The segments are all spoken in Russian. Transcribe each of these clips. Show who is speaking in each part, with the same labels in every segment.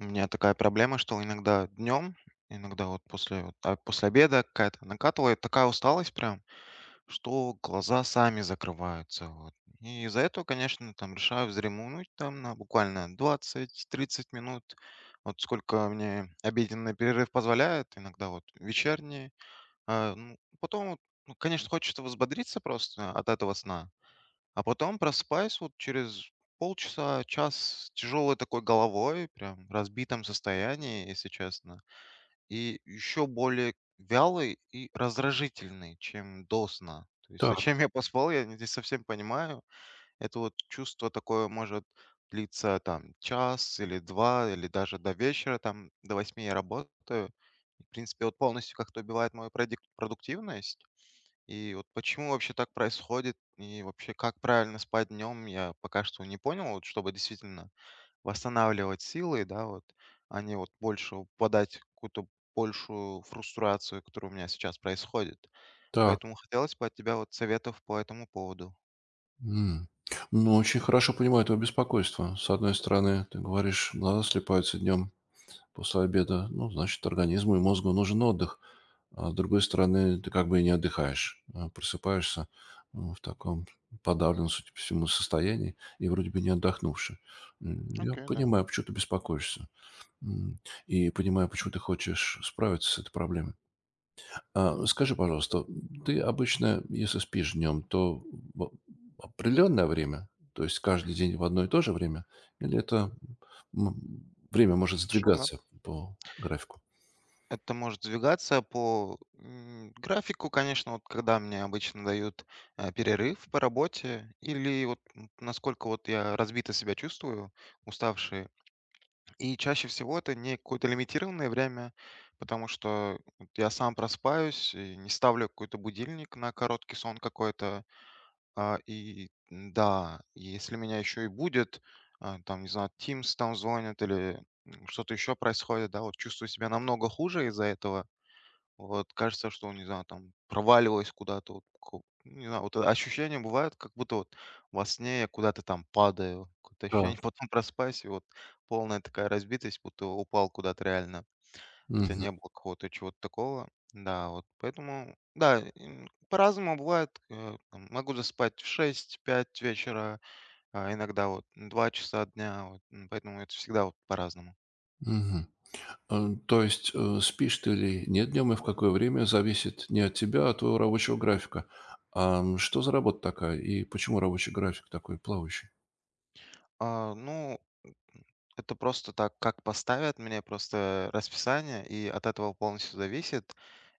Speaker 1: У меня такая проблема, что иногда днем, иногда вот после, вот, после обеда какая-то накатывает такая усталость прям, что глаза сами закрываются. Вот. И из-за этого, конечно, там решаю вздремнуть там на буквально 20-30 минут. Вот сколько мне обеденный перерыв позволяет, иногда вот вечерний. Ну, потом, вот, ну, конечно, хочется взбодриться просто от этого сна, а потом просыпаюсь вот через полчаса, час с тяжелой такой головой, прям в разбитом состоянии, если честно. И еще более вялый и раздражительный, чем до сна. То есть
Speaker 2: Так,
Speaker 1: зачем я поспал, я не совсем понимаю. Это вот чувство такое может длиться там час или два, или даже до вечера, там до 8 я работаю. И, в принципе, вот полностью как-то убивает мою продуктивность. И вот почему вообще так происходит, и вообще как правильно спать днем, я пока что не понял, вот чтобы действительно восстанавливать силы, да, вот, а не вот больше впадать какую-то большую фрустрацию, которая у меня сейчас происходит.
Speaker 2: так.
Speaker 1: Поэтому хотелось бы от тебя вот советов по этому поводу.
Speaker 2: М. Ну, очень хорошо понимаю твое беспокойство. С одной стороны, ты говоришь, глаза слепаются днем после обеда. Ну, значит, организму и мозгу нужен отдых. А с другой стороны, ты как бы и не отдыхаешь. Просыпаешься ну, в таком подавленном, судя по всему, состоянии и вроде бы не отдохнувший. Я
Speaker 1: Окей, да.
Speaker 2: понимаю, почему ты беспокоишься. М, И понимаю, почему ты хочешь справиться с этой проблемой. А, ну, скажи, пожалуйста, ты обычно, если спишь днем, то в определенное время, то есть каждый день в одно и то же время, или это м, время может
Speaker 1: Хорошо, да.
Speaker 2: сдвигаться по графику?
Speaker 1: Это может двигаться по графику, конечно, вот когда мне обычно дают перерыв по работе, или вот насколько вот я разбито себя чувствую, уставший. И чаще всего это не какое-то лимитированное время, потому что вот я сам проспаюсь, и не ставлю какой-то будильник на короткий сон какой-то. Да, если меня еще и будет, там, не знаю, Teams там звонит или что-то еще происходит, да, вот чувствую себя намного хуже из-за этого. Вот кажется, что, не знаю, там проваливаюсь куда-то, вот, не знаю, вот это ощущение бывает, как будто вот во сне я куда-то там падаю, какое-то ощущение,
Speaker 2: Так.
Speaker 1: потом проспаюсь, и вот полная такая разбитость, будто упал куда-то реально, хотя
Speaker 2: Мгм.
Speaker 1: не было какого-то чего-то такого, да, вот, поэтому, да, по-разному бывает, там могу заспать в шесть пять вечера, а иногда вот 2 часа дня, вот, поэтому это всегда вот по-разному.
Speaker 2: Мгм. То есть спишь ты или нет днем и в какое время зависит не от тебя, а от твоего рабочего графика. А что за работа такая и почему рабочий график такой плавающий?
Speaker 1: Ну, это просто так, как поставят мне просто расписание, и от этого полностью зависит.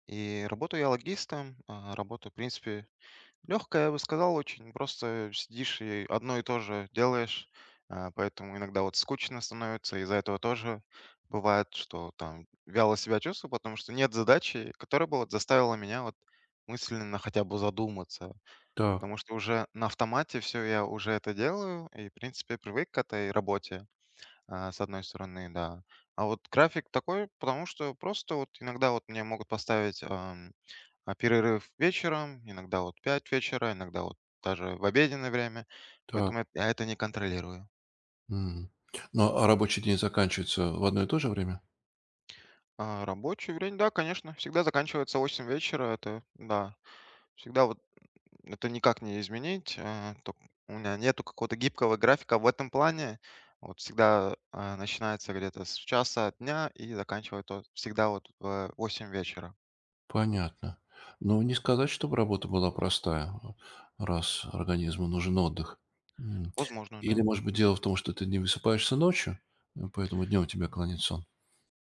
Speaker 1: И работаю я логистом, работа, в принципе, легкая, я бы сказал, очень. Просто сидишь и одно и то же делаешь, поэтому иногда вот скучно становится, из-за этого тоже бывает, что там вяло себя чувствую, потому что нет задачи, которая бы вот заставила меня вот мысленно хотя бы задуматься.
Speaker 2: Так,
Speaker 1: Потому что уже на автомате все я уже это делаю, и, в принципе, привык к этой работе. С одной стороны, да. А вот график такой, потому что просто вот иногда вот мне могут поставить перерыв вечером, иногда вот 5 вечера, иногда вот даже в обеденное время,
Speaker 2: так.
Speaker 1: поэтому я это не контролирую.
Speaker 2: М. Ну, а рабочий день заканчивается в одно и то же время?
Speaker 1: А рабочее время, да, конечно, всегда заканчивается 8 вечера, это, да, всегда вот это никак не изменить, то у меня нету какого-то гибкого графика в этом плане, вот всегда начинается где-то с часа дня и заканчивается всегда вот в 8 вечера.
Speaker 2: Понятно. Но не сказать, чтобы работа была простая, раз организму нужен отдых. М.
Speaker 1: Возможно,
Speaker 2: Или,
Speaker 1: да.
Speaker 2: может быть, дело в том, что ты не высыпаешься ночью, поэтому днем тебя клонит сон?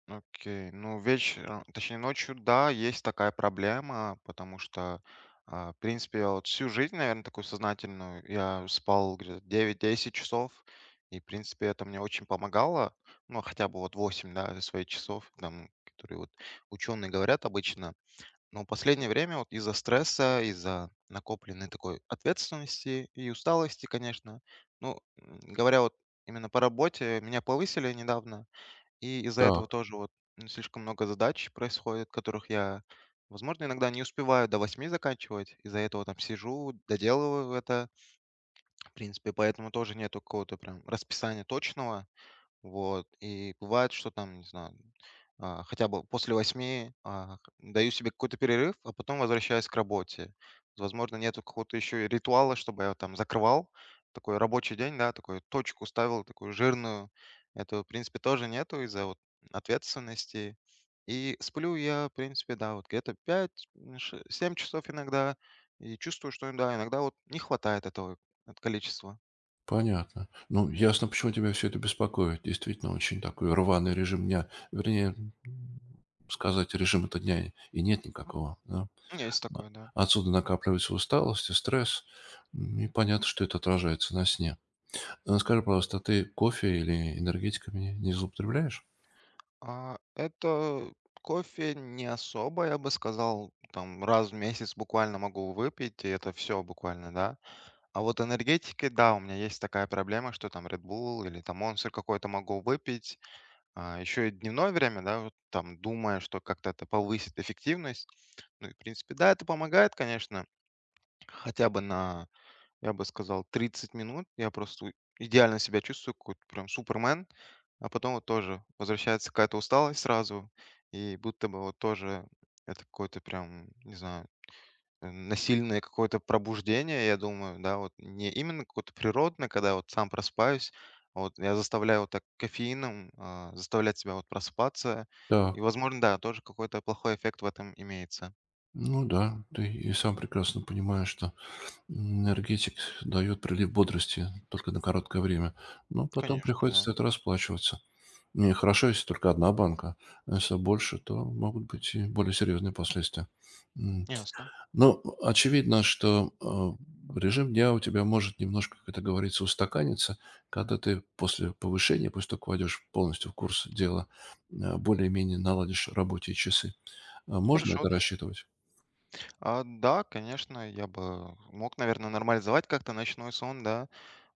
Speaker 1: Окей. Ну, вечером, точнее, ночью, да, есть такая проблема, потому что, в принципе, я вот всю жизнь, наверное, такую сознательную, я спал где-то 9-10 часов, и, в принципе, это мне очень помогало, ну, хотя бы вот 8, да, своих часов, там, которые вот ученые говорят обычно. Но в последнее время вот из-за стресса, из-за накопленной такой ответственности и усталости, конечно, ну, говоря вот именно по работе, меня повысили недавно. И из-за этого
Speaker 2: Так,
Speaker 1: тоже вот, слишком много задач происходит, которых я, возможно, иногда не успеваю до 8 заканчивать. Из-за этого там сижу, доделываю это. В принципе, поэтому тоже нету какого-то прям расписания точного. Вот, и бывает, что там, не знаю, хотя бы после 8 даю себе какой-то перерыв, а потом возвращаюсь к работе. Возможно, нету какого-то еще и ритуала, чтобы я там закрывал такой рабочий день, да, такую точку ставил, такую жирную. Этого, в принципе, тоже нету из-за вот ответственности. И сплю я, в принципе, да, вот где-то 5-7 часов иногда. И чувствую, что, да, иногда вот не хватает этого количества.
Speaker 2: понятно. Ну, ясно, почему тебя все это беспокоит. Действительно, очень такой рваный режим дня. Вернее, м, сказать, режим это дня и нет никакого. Да.
Speaker 1: Есть такое, да.
Speaker 2: А отсюда накапливается усталость и стресс. И понятно, что это отражается на сне. А скажи, пожалуйста, а ты кофе или энергетиками не злоупотребляешь?
Speaker 1: Это кофе не особо, я бы сказал, там раз в месяц буквально могу выпить, и это все буквально, да. А вот энергетики, да, у меня есть такая проблема, что там Red Bull или там Monster какой-то могу выпить. Еще и дневное время, да, вот там думая, что как-то это повысит эффективность. Ну и, в принципе, да, это помогает, конечно, хотя бы на я бы сказал, 30 минут. Я просто у идеально себя чувствую, какой-то прям супермен. А потом вот тоже возвращается какая-то усталость сразу, и будто бы вот тоже это какое-то прям, не знаю, насильное какое-то пробуждение, я думаю, да, вот не именно какое-то природное, когда вот сам просыпаюсь, а вот я заставляю вот так кофеином, заставлять себя вот просыпаться. И,
Speaker 2: Так,
Speaker 1: возможно, да, тоже какой-то плохой эффект в этом имеется.
Speaker 2: ну да, ты и сам прекрасно понимаешь, что энергетик дает прилив бодрости только на короткое время, но потом
Speaker 1: Конечно,
Speaker 2: приходится
Speaker 1: да.
Speaker 2: за это расплачиваться. И хорошо, если только одна банка, а если больше, то могут быть и более серьезные последствия. М,
Speaker 1: Ясно.
Speaker 2: Ну, очевидно, что режим дня у тебя может немножко, как это говорится, устаканиться, когда ты после повышения, после того, как войдешь полностью в курс дела, более-менее наладишь рабочие часы. А можно
Speaker 1: Хорошо.
Speaker 2: это рассчитывать?
Speaker 1: Да, конечно, я бы мог, наверное, нормализовать как-то ночной сон, да.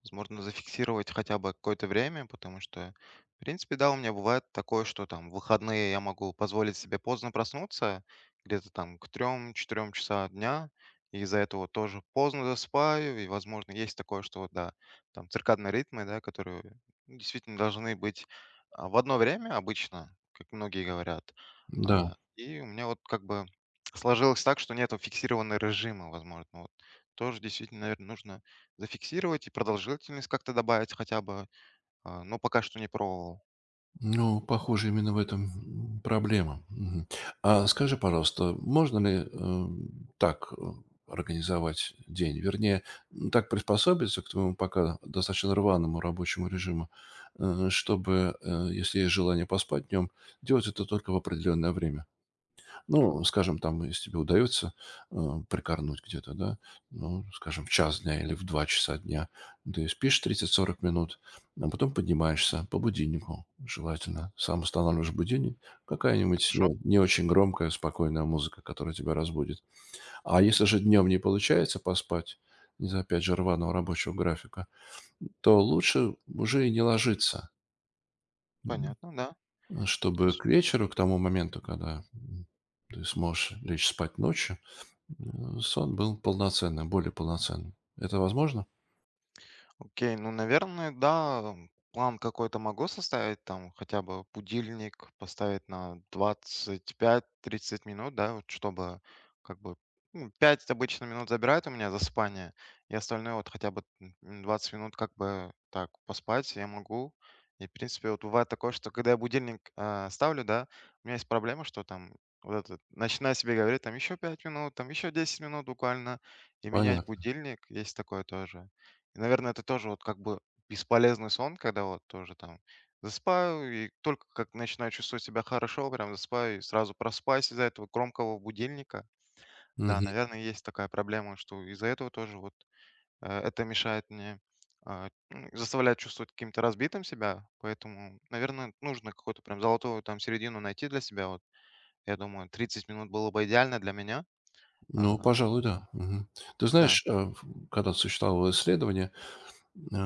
Speaker 1: Возможно, зафиксировать хотя бы какое-то время, потому что, в принципе, да, у меня бывает такое, что там в выходные я могу позволить себе поздно проснуться, где-то там к трем 4 часа дня, и из-за этого вот тоже поздно засыпаю, и, возможно, есть такое, что, вот, да, там циркадные ритмы, да, которые ну, действительно должны быть в одно время обычно, как многие говорят.
Speaker 2: Да.
Speaker 1: И у меня вот как бы сложилось так, что нету фиксированного режима, возможно. Ну, вот тоже действительно, наверное, нужно зафиксировать и продолжительность как-то добавить хотя бы, но пока что не пробовал.
Speaker 2: Ну, похоже, именно в этом проблема. Мгм. А скажи, пожалуйста, можно ли так э, организовать день? Вернее, так приспособиться к твоему пока достаточно рваному рабочему режиму, чтобы, если есть желание поспать днем, делать это только в определенное время.
Speaker 1: Ну,
Speaker 2: Ну, скажем, там, если тебе удается, э, прикорнуть где-то, да, ну, скажем, в час дня или в 2 часа дня, ты спишь 30-40 минут, а потом поднимаешься по будильнику, желательно. Сам устанавливаешь будильник, какая-нибудь
Speaker 1: хорошо,
Speaker 2: не очень громкая, спокойная музыка, которая тебя разбудит. А если же днем не получается поспать, из-за, опять же, рваного рабочего графика, то лучше уже и не ложиться, м,
Speaker 1: понятно, да. То
Speaker 2: чтобы
Speaker 1: есть
Speaker 2: к вечеру, к тому моменту, когда ты сможешь лечь спать ночью, сон был полноценным, более полноценным. Это возможно?
Speaker 1: окей, ну, наверное, да, план какой-то могу составить, там, хотя бы будильник поставить на 25-30 минут, да, вот чтобы, как бы, ну, 5 обычно минут забирает у меня засыпание, и остальное вот хотя бы 20 минут как бы так поспать я могу. И, в принципе, вот бывает такое, что когда я будильник ставлю, да, у меня есть проблема, что там вот это, начинаю себе говорить, там, еще 5 минут, там, еще 10 минут буквально, и менять
Speaker 2: Понятно.
Speaker 1: будильник, есть такое тоже. И, наверное, это тоже вот как бы бесполезный сон, когда вот тоже там засыпаю, и только как начинаю чувствовать себя хорошо, прям засыпаю, и сразу просыпаюсь из-за этого громкого будильника. Да,
Speaker 2: Мгм.
Speaker 1: наверное, есть такая проблема, что из-за этого тоже вот это мешает мне, заставляет чувствовать каким-то разбитым себя, поэтому, наверное, нужно какую-то прям золотую там середину найти для себя. Вот, я думаю, 30 минут было бы идеально для меня.
Speaker 2: Ну,
Speaker 1: А,
Speaker 2: пожалуй, да. Мгм. Ты
Speaker 1: да,
Speaker 2: знаешь, когда существовало исследование э,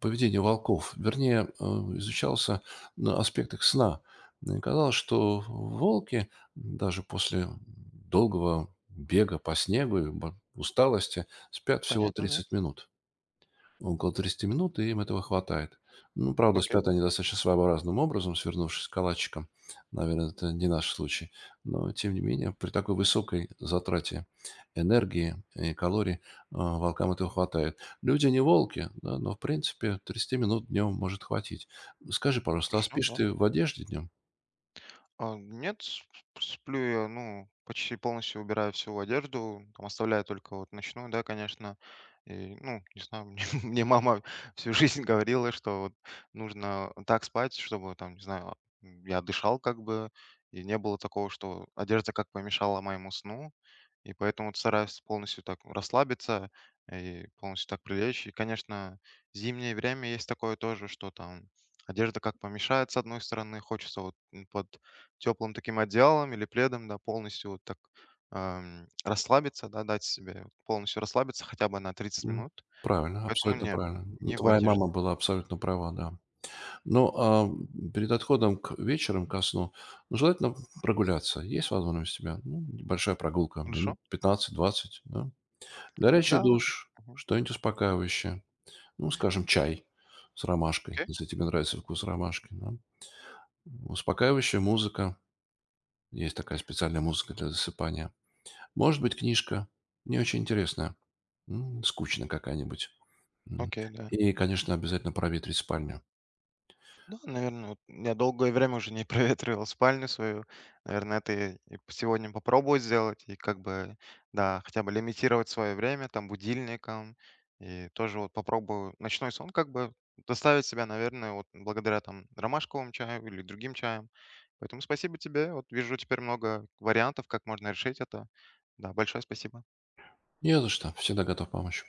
Speaker 2: поведения волков, вернее, изучался на аспект их сна, и казалось, что волки даже после долгого бега по снегу и усталости спят всего
Speaker 1: понятно, да?
Speaker 2: 30 минут. Около 30 минут, и им этого хватает. Ну, правда,
Speaker 1: Окей,
Speaker 2: спят они достаточно своеобразным образом, свернувшись калачиком. Наверное, это не наш случай. Но, тем не менее, при такой высокой затрате энергии и калорий волкам этого хватает. Люди не волки, да, но, в принципе, 30 минут днем может хватить. Скажи, пожалуйста, а
Speaker 1: хорошо,
Speaker 2: спишь
Speaker 1: да.
Speaker 2: ты в одежде днем?
Speaker 1: Нет, сп сплю я, ну, почти полностью убираю всю одежду, там оставляю только вот ночную, да, конечно. И, ну, не знаю, мне мама всю жизнь говорила, что вот нужно так спать, чтобы там, не знаю, я дышал как бы, и не было такого, что одежда как помешала моему сну. И поэтому вот стараюсь полностью так расслабиться и полностью так прилечь. И, конечно, зимнее время есть такое тоже, что там одежда как помешает, с одной стороны, хочется вот под теплым таким одеялом или пледом, да, полностью вот так расслабиться, да, дать себе вот полностью расслабиться хотя бы на тридцать
Speaker 2: М,
Speaker 1: минут.
Speaker 2: Правильно,
Speaker 1: Поэтому
Speaker 2: абсолютно
Speaker 1: нет,
Speaker 2: правильно.
Speaker 1: не в
Speaker 2: Твоя
Speaker 1: одежде.
Speaker 2: мама была абсолютно права, да. Ну, перед отходом к вечером ко сну, ну, желательно прогуляться. Есть возможность у тебя? Ну, небольшая прогулка,
Speaker 1: Хорошо?
Speaker 2: минут 15-20. Да. Горячий
Speaker 1: Да.
Speaker 2: душ,
Speaker 1: Мгм.
Speaker 2: что-нибудь успокаивающее. Ну, скажем, чай с ромашкой,
Speaker 1: Окей.
Speaker 2: если тебе нравится вкус ромашки, да. Успокаивающая музыка. Есть такая специальная музыка для засыпания. Может быть, книжка, не очень интересная, скучная какая-нибудь. М.
Speaker 1: Окей, да.
Speaker 2: И, конечно, обязательно проветрить спальню.
Speaker 1: Да, наверное, вот я долгое время уже не проветривал спальню свою. Наверное, это я и сегодня попробую сделать. И как бы, да, хотя бы лимитировать свое время там будильником. И тоже вот попробую ночной сон как бы доставить себя, наверное, вот благодаря там ромашковому чаю или другим чаям. Поэтому спасибо тебе. Вот вижу теперь много вариантов, как можно решить это. Да, большое спасибо.
Speaker 2: Не за что, всегда готов помочь.